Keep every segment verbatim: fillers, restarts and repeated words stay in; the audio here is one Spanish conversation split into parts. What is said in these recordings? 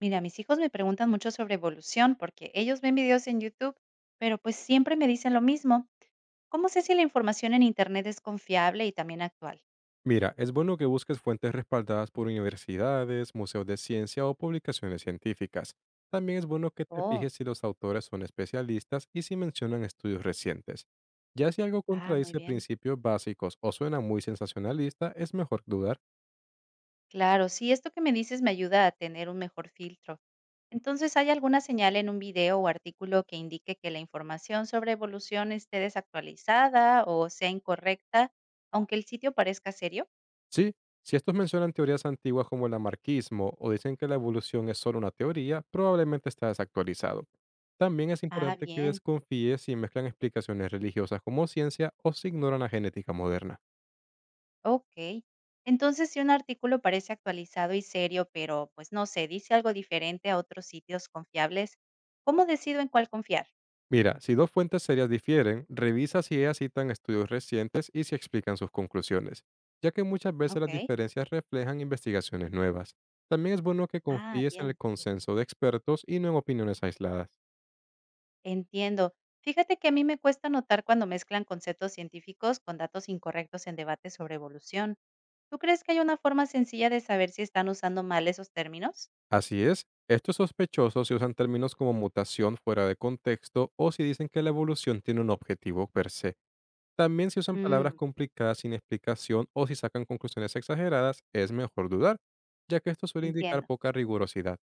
Mira, mis hijos me preguntan mucho sobre evolución porque ellos ven videos en YouTube, pero pues siempre me dicen lo mismo. ¿Cómo sé si la información en Internet es confiable y también actual? Mira, es bueno que busques fuentes respaldadas por universidades, museos de ciencia o publicaciones científicas. También es bueno que te fijes Oh, si los autores son especialistas y si mencionan estudios recientes. Ya si algo ah, muy contradice bien. principios básicos o suena muy sensacionalista, es mejor dudar. Claro, sí, esto que me dices me ayuda a tener un mejor filtro. Entonces, ¿hay alguna señal en un video o artículo que indique que la información sobre evolución esté desactualizada o sea incorrecta, aunque el sitio parezca serio? Sí, si estos mencionan teorías antiguas como el anarquismo o dicen que la evolución es solo una teoría, probablemente está desactualizado. También es Ah, importante que bien. desconfíes si mezclan explicaciones religiosas como ciencia o si ignoran la genética moderna. Ok. Entonces, si un artículo parece actualizado y serio, pero pues no sé, dice algo diferente a otros sitios confiables, ¿cómo decido en cuál confiar? Mira, si dos fuentes serias difieren, revisa si ellas citan estudios recientes y si explican sus conclusiones, ya que muchas veces las Ok. diferencias reflejan investigaciones nuevas. También es bueno que Ah, confíes en el bien. consenso de expertos y no en opiniones aisladas. Entiendo. Fíjate que a mí me cuesta notar cuando mezclan conceptos científicos con datos incorrectos en debates sobre evolución. ¿Tú crees que hay una forma sencilla de saber si están usando mal esos términos? Así es, estos sospechosos si usan términos como mutación fuera de contexto o si dicen que la evolución tiene un objetivo per se. También si usan palabras Mm, complicadas sin explicación o si sacan conclusiones exageradas, es mejor dudar, ya que esto suele indicar entiendo. poca rigurosidad.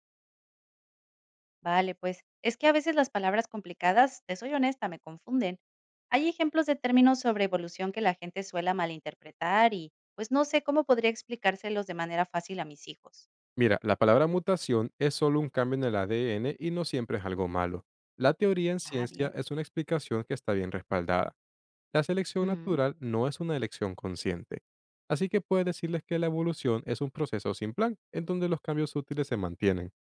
Vale, pues es que a veces las palabras complicadas, te soy honesta, me confunden. Hay ejemplos de términos sobre evolución que la gente suele malinterpretar y pues no sé cómo podría explicárselos de manera fácil a mis hijos. Mira, la palabra mutación es solo un cambio en el A D N y no siempre es algo malo. La teoría en Ah, ciencia bien. es una explicación que está bien respaldada. La selección Ujú. natural no es una elección consciente. Así que puedes decirles que la evolución es un proceso sin plan, en donde los cambios útiles se mantienen.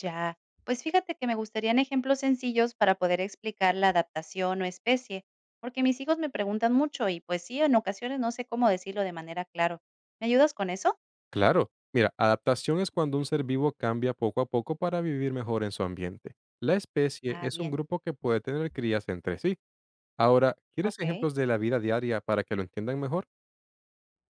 Ya. Pues fíjate que me gustarían ejemplos sencillos para poder explicar la adaptación o especie, porque mis hijos me preguntan mucho y pues sí, en ocasiones no sé cómo decirlo de manera clara. ¿Me ayudas con eso? Claro, mira, adaptación es cuando un ser vivo cambia poco a poco para vivir mejor en su ambiente. La especie Ah, es un bien. grupo que puede tener crías entre sí. Ahora, ¿quieres Ok. ejemplos de la vida diaria para que lo entiendan mejor?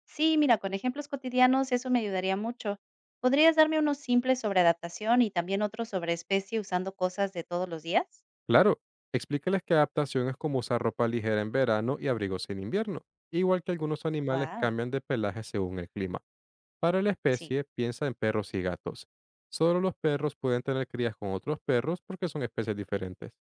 Sí, mira, con ejemplos cotidianos eso me ayudaría mucho. ¿Podrías darme unos simples sobre adaptación y también otros sobre especie usando cosas de todos los días? Claro, explícales que adaptación es como usar ropa ligera en verano y abrigos en invierno, igual que algunos animales Wow, cambian de pelaje según el clima. Para la sí. especie, piensa en perros y gatos. Solo los perros pueden tener crías con otros perros porque son especies diferentes.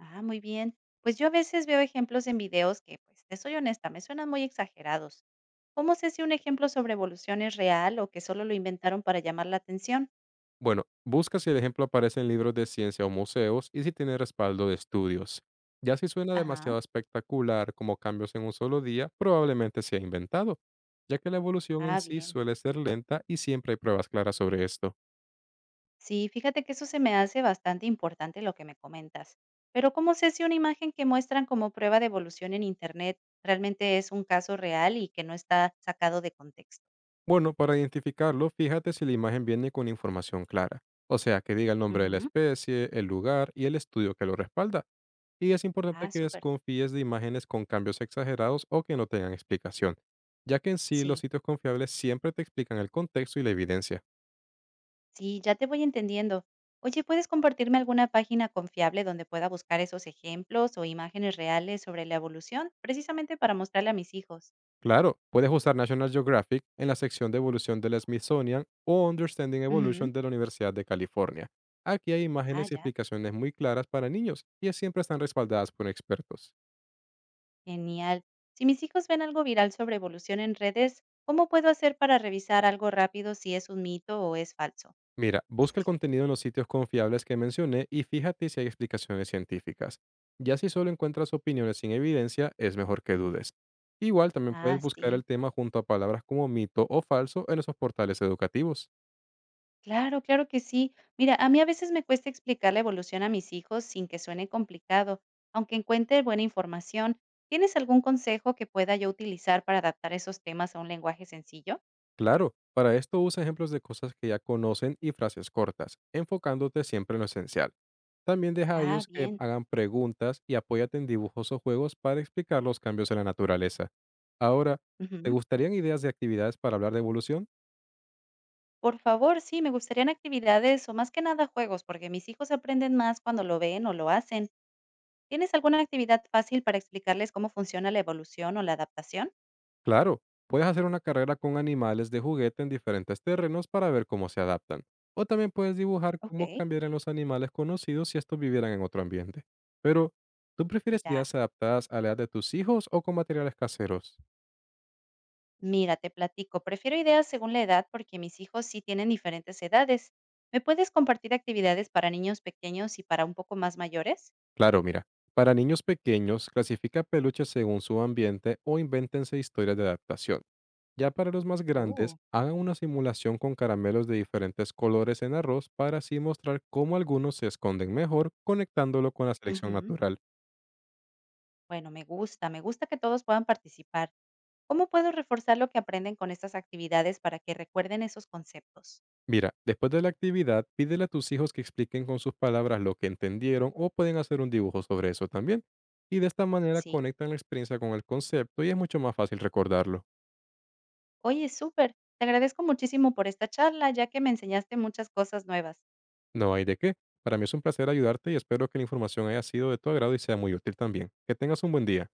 Ah, muy bien. Pues yo a veces veo ejemplos en videos que, pues, te soy honesta, me suenan muy exagerados. ¿Cómo sé si un ejemplo sobre evolución es real o que solo lo inventaron para llamar la atención? Bueno, busca si el ejemplo aparece en libros de ciencia o museos y si tiene respaldo de estudios. Ya si suena Ajá. demasiado espectacular como cambios en un solo día, probablemente sea inventado, ya que la evolución en Ah, sí bien. suele ser lenta y siempre hay pruebas claras sobre esto. Sí, fíjate que eso se me hace bastante importante lo que me comentas. Pero ¿cómo sé si una imagen que muestran como prueba de evolución en Internet realmente es un caso real y que no está sacado de contexto? Bueno, para identificarlo, fíjate si la imagen viene con información clara, o sea, que diga el nombre de la Ujú. especie, el lugar y el estudio que lo respalda. Y es importante Ah, que súper. desconfíes de imágenes con cambios exagerados o que no tengan explicación, ya que en sí los Sí, sitios confiables siempre te explican el contexto y la evidencia. sí, ya te voy entendiendo. Oye, ¿puedes compartirme alguna página confiable donde pueda buscar esos ejemplos o imágenes reales sobre la evolución, precisamente para mostrarle a mis hijos? Claro, puedes usar National Geographic en la sección de evolución del Smithsonian o Understanding Ujú. Evolution de la Universidad de California. Aquí hay Ah, imágenes y ya. explicaciones muy claras para niños y siempre están respaldadas por expertos. Genial. Si mis hijos ven algo viral sobre evolución en redes, ¿cómo puedo hacer para revisar algo rápido si es un mito o es falso? Mira, busca el contenido en los sitios confiables que mencioné y fíjate si hay explicaciones científicas. Ya si solo encuentras opiniones sin evidencia, es mejor que dudes. Igual también puedes Ah, buscar sí. el tema junto a palabras como mito o falso en esos portales educativos. Claro, claro que sí. Mira, a mí a veces me cuesta explicar la evolución a mis hijos sin que suene complicado, aunque encuentre buena información. ¿Tienes algún consejo que pueda yo utilizar para adaptar esos temas a un lenguaje sencillo? Claro, para esto usa ejemplos de cosas que ya conocen y frases cortas, enfocándote siempre en lo esencial. También deja a Ah, ellos que bien. hagan preguntas y apóyate en dibujos o juegos para explicar los cambios en la naturaleza. Ahora, ¿te Ujú. gustarían ideas de actividades para hablar de evolución? Por favor, sí, me gustarían actividades o más que nada juegos, porque mis hijos aprenden más cuando lo ven o lo hacen. ¿Tienes alguna actividad fácil para explicarles cómo funciona la evolución o la adaptación? Claro, puedes hacer una carrera con animales de juguete en diferentes terrenos para ver cómo se adaptan. O también puedes dibujar Ok, cómo cambiarían los animales conocidos si estos vivieran en otro ambiente. Pero, ¿tú prefieres ya, ideas adaptadas a la edad de tus hijos o con materiales caseros? mira, te platico. Prefiero ideas según la edad porque mis hijos sí tienen diferentes edades. ¿Me puedes compartir actividades para niños pequeños y para un poco más mayores? Claro, mira, para niños pequeños, clasifica peluches según su ambiente o invéntense historias de adaptación. Ya para los más grandes, uh, hagan una simulación con caramelos de diferentes colores en arroz para así mostrar cómo algunos se esconden mejor conectándolo con la selección Ujú. natural. Bueno, me gusta, me gusta que todos puedan participar. ¿Cómo puedo reforzar lo que aprenden con estas actividades para que recuerden esos conceptos? Mira, después de la actividad, pídele a tus hijos que expliquen con sus palabras lo que entendieron o pueden hacer un dibujo sobre eso también. Y de esta manera Sí. conectan la experiencia con el concepto y es mucho más fácil recordarlo. Oye, súper. Te agradezco muchísimo por esta charla, ya que me enseñaste muchas cosas nuevas. No hay de qué. Para mí es un placer ayudarte y espero que la información haya sido de tu agrado y sea muy útil también. Que tengas un buen día.